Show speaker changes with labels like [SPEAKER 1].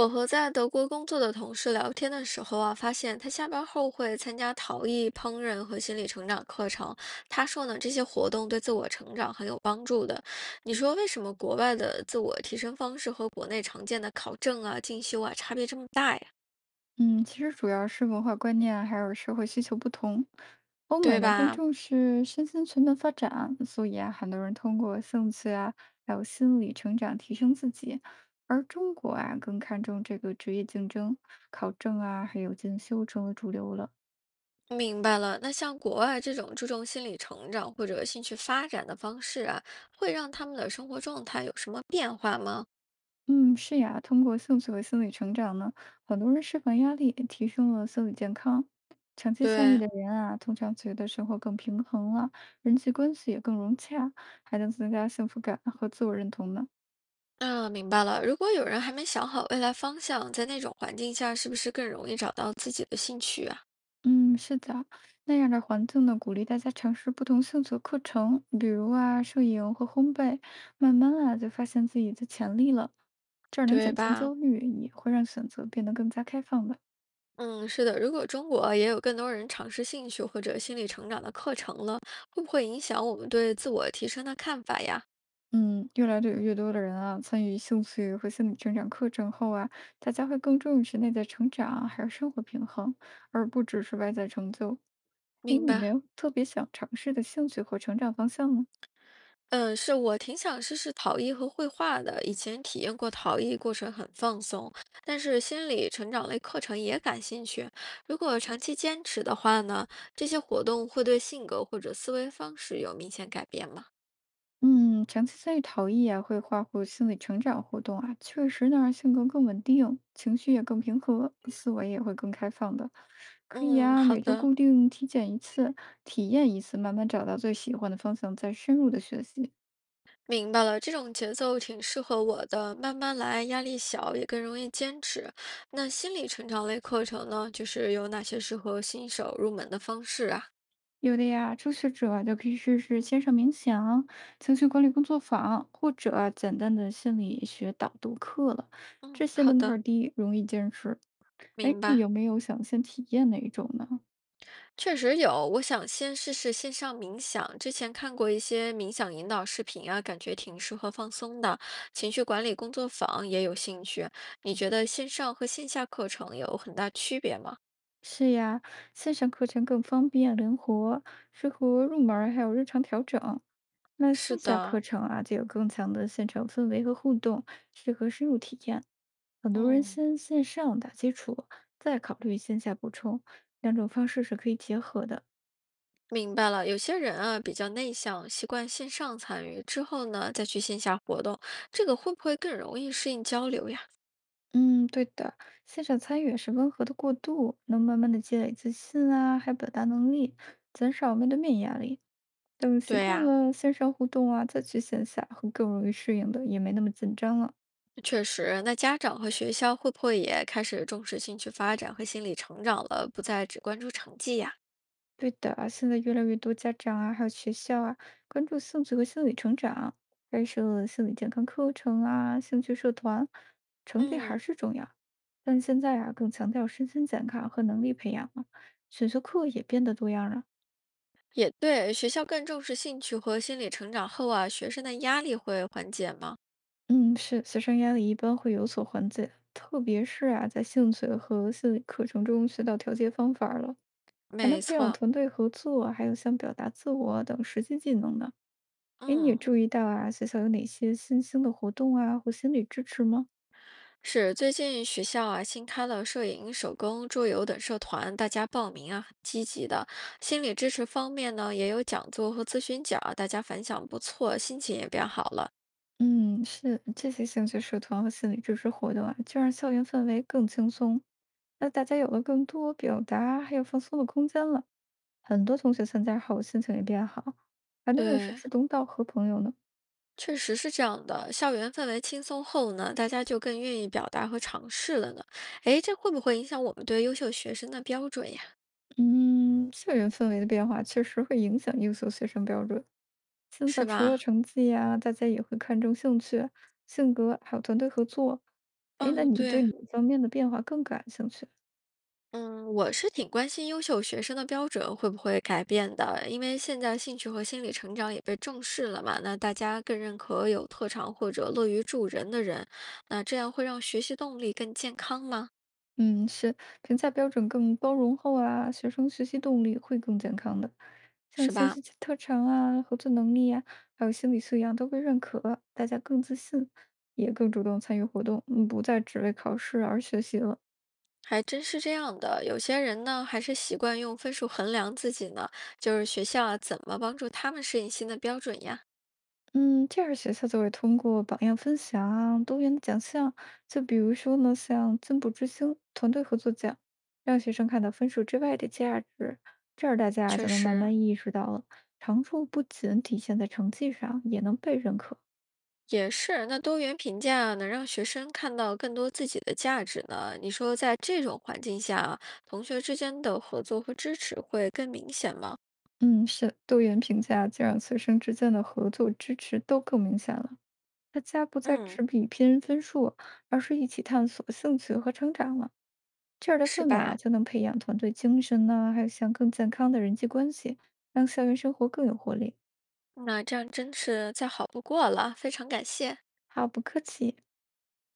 [SPEAKER 1] 我和在德国工作的同事聊天的时候啊，发现他下班后会参加陶艺、烹饪和心理成长课程。他说呢，这些活动对自我成长很有帮助的。你说为什么国外的自我提升方式和国内常见的考证啊、进修啊差别这么大呀？
[SPEAKER 2] 嗯，其实主要是文化观念啊还有社会需求不同。欧美
[SPEAKER 1] 对
[SPEAKER 2] 呢更
[SPEAKER 1] 吧？
[SPEAKER 2] 重视身心全面发展，所以啊，很多人通过兴趣啊，还有心理成长提升自己。而中国啊，更看重这个职业竞争、考证啊，还有进修成为主流了。
[SPEAKER 1] 明白了，那像国外这种注重心理成长或者兴趣发展的方式啊，会让他们的生活状态有什么变化吗？
[SPEAKER 2] 嗯，是呀，通过兴趣和心理成长呢，很多人释放压力，提升了心理健康。长期参与
[SPEAKER 1] 对，
[SPEAKER 2] 的人啊，通常觉得生活更平衡了，人际关系也更融洽，还能增加幸福感和自我认同呢。
[SPEAKER 1] 啊，明白了。如果有人还没想好未来方向，在那种环境下，是不是更容易找到自己的兴趣啊？
[SPEAKER 2] 嗯，是的，那样的环境呢，鼓励大家尝试不同兴趣的课程，比如啊，摄影或烘焙，慢慢啊，就发现自己的潜力了。这儿能
[SPEAKER 1] 对
[SPEAKER 2] 减轻
[SPEAKER 1] 吧？
[SPEAKER 2] 焦虑，也会让选择变得更加开放的。
[SPEAKER 1] 嗯，是的。如果中国也有更多人尝试兴趣或者心理成长的课程了，会不会影响我们对自我提升的看法呀？
[SPEAKER 2] 嗯，越来越多的人啊，参与兴趣和心理成长课程后啊，大家会更重视内在成长，还有生活平衡，而不只是外在成就。哎，
[SPEAKER 1] 明
[SPEAKER 2] 你没
[SPEAKER 1] 白。
[SPEAKER 2] 有特别想尝试的兴趣和成长方向吗？
[SPEAKER 1] 嗯，是我挺想试试陶艺和绘画的。以前体验过陶艺，过程很放松，但是心理成长类课程也感兴趣。如果长期坚持的话呢，这些活动会对性格或者思维方式有明显改变吗？
[SPEAKER 2] 嗯，长期参与陶艺啊，绘画或心理成长活动啊，确实能让性格更稳定，情绪也更平和，思维也会更开放的。可以
[SPEAKER 1] 嗯，
[SPEAKER 2] 啊，
[SPEAKER 1] 好
[SPEAKER 2] 每周
[SPEAKER 1] 的，
[SPEAKER 2] 固定体验一次，慢慢找到最喜欢的方向，再深入的学习。
[SPEAKER 1] 明白了。这种节奏挺适合我的，慢慢来，压力小，也更容易坚持。那心理成长类课程呢，就是有哪些适合新手入门的方式啊？
[SPEAKER 2] 有的呀，初学者就可以试试线上冥想、情绪管理工作坊，或者啊简单的心理学导读课了。这
[SPEAKER 1] 嗯，
[SPEAKER 2] 些
[SPEAKER 1] 好
[SPEAKER 2] 门槛
[SPEAKER 1] 的，
[SPEAKER 2] 儿低，容易坚持。哎，
[SPEAKER 1] 明
[SPEAKER 2] 你
[SPEAKER 1] 白。
[SPEAKER 2] 有没有想先体验哪一种呢？
[SPEAKER 1] 确实有，我想先试试线上冥想。之前看过一些冥想引导视频啊，感觉挺适合放松的。情绪管理工作坊也有兴趣。你觉得线上和线下课程有很大区别吗？
[SPEAKER 2] 是呀，线上课程更方便灵活，适合入门儿还有日常调整。那
[SPEAKER 1] 是
[SPEAKER 2] 线下课
[SPEAKER 1] 的，
[SPEAKER 2] 程啊，就有更强的现场氛围和互动，适合深入体验。很多人
[SPEAKER 1] 嗯，
[SPEAKER 2] 先线上打基础，再考虑线下补充，两种方式是可以结合的。
[SPEAKER 1] 明白了。有些人啊比较内向，习惯线上参与，之后呢再去线下活动，这个会不会更容易适应交流呀？
[SPEAKER 2] 嗯，对的，线上参与也是温和的过渡，能慢慢的积累自信啊，还有表达能力，减少面对面压力。等习
[SPEAKER 1] 对
[SPEAKER 2] 惯
[SPEAKER 1] 呀、
[SPEAKER 2] 了线上互动啊，再去线下会更容易适应的，也没那么紧张了。
[SPEAKER 1] 确实，那家长和学校会不会也开始重视兴趣发展和心理成长了，不再只关注成绩呀？
[SPEAKER 2] 对的，现在越来越多家长啊，还有学校啊，关注兴趣和心理成长，开设了心理健康课程啊，兴趣社团，成绩还
[SPEAKER 1] 嗯，
[SPEAKER 2] 是重要，但现在啊，更强调身心健康和能力培养了，选修课也变得多样了。
[SPEAKER 1] 也对，学校更重视兴趣和心理成长后啊，学生的压力会缓解吗？
[SPEAKER 2] 嗯，是，学生压力一般会有所缓解，特别是啊，在兴趣和心理课程中学到调节方法儿了，还能
[SPEAKER 1] 没
[SPEAKER 2] 培养
[SPEAKER 1] 错，
[SPEAKER 2] 团队合作，还有像表达自我等实际技能呢。哎，你有
[SPEAKER 1] 嗯，
[SPEAKER 2] 注意到啊，学校有哪些新兴的活动啊，或心理支持吗？
[SPEAKER 1] 是最近学校啊新开了摄影、手工、桌游等社团，大家报名啊很积极的。心理支持方面呢，也有讲座和咨询角，大家反响不错，心情也变好了。
[SPEAKER 2] 嗯，是，这些兴趣社团和心理支持活动啊，就让校园氛围更轻松，那大家有了更多表达还有放松的空间了。很多同学参加后心情也变好，还能认识
[SPEAKER 1] 对，
[SPEAKER 2] 志同道合朋友呢。
[SPEAKER 1] 确实是这样的，校园氛围轻松后呢，大家就更愿意表达和尝试了呢。诶，这会不会影响我们对优秀学生的标准呀？
[SPEAKER 2] 嗯，校园氛围的变化确实会影响优秀学生标准。现在
[SPEAKER 1] 是
[SPEAKER 2] 除了
[SPEAKER 1] 吧？
[SPEAKER 2] 成绩呀，大家也会看重兴趣、性格，还有团队合作。哎，那
[SPEAKER 1] 哦，
[SPEAKER 2] 你对
[SPEAKER 1] 对，
[SPEAKER 2] 哪方面的变化更感兴趣？
[SPEAKER 1] 嗯，我是挺关心优秀学生的标准会不会改变的，因为现在兴趣和心理成长也被重视了嘛，那大家更认可有特长或者乐于助人的人，那这样会让学习动力更健康吗？
[SPEAKER 2] 嗯，是评价标准更包容后啊，学生学习动力会更健康的。像
[SPEAKER 1] 是
[SPEAKER 2] 兴
[SPEAKER 1] 吧？
[SPEAKER 2] 趣特长啊、合作能力呀、还有心理素养都被认可，大家更自信，也更主动参与活动，不再只为考试而学习了。
[SPEAKER 1] 还真是这样的，有些人呢还是习惯用分数衡量自己呢，就是学校啊怎么帮助他们适应新的标准呀？
[SPEAKER 2] 嗯，这样学校就会通过榜样分享啊、多元的奖项，就比如说呢，像进步之星、团队合作奖，让学生看到分数之外的价值，这样大家啊
[SPEAKER 1] 确
[SPEAKER 2] 才能慢
[SPEAKER 1] 实
[SPEAKER 2] 慢意识到了，长处不仅体现在成绩上，也能被认可。
[SPEAKER 1] 也是，那多元评价啊能让学生看到更多自己的价值呢。你说在这种环境下啊同学之间的合作和支持会更明显吗？
[SPEAKER 2] 嗯，是多元评价，就让学生之间的合作支持都更明显了。大家不再只
[SPEAKER 1] 嗯，
[SPEAKER 2] 比拼分数，而是一起探索兴趣和成长了。这样的
[SPEAKER 1] 是
[SPEAKER 2] 氛围啊，
[SPEAKER 1] 吧？
[SPEAKER 2] 就能培养团队精神呢，还有像更健康的人际关系，让校园生活更有活力。
[SPEAKER 1] 那这样真是再好不过了，非常感谢。
[SPEAKER 2] 好，不客气。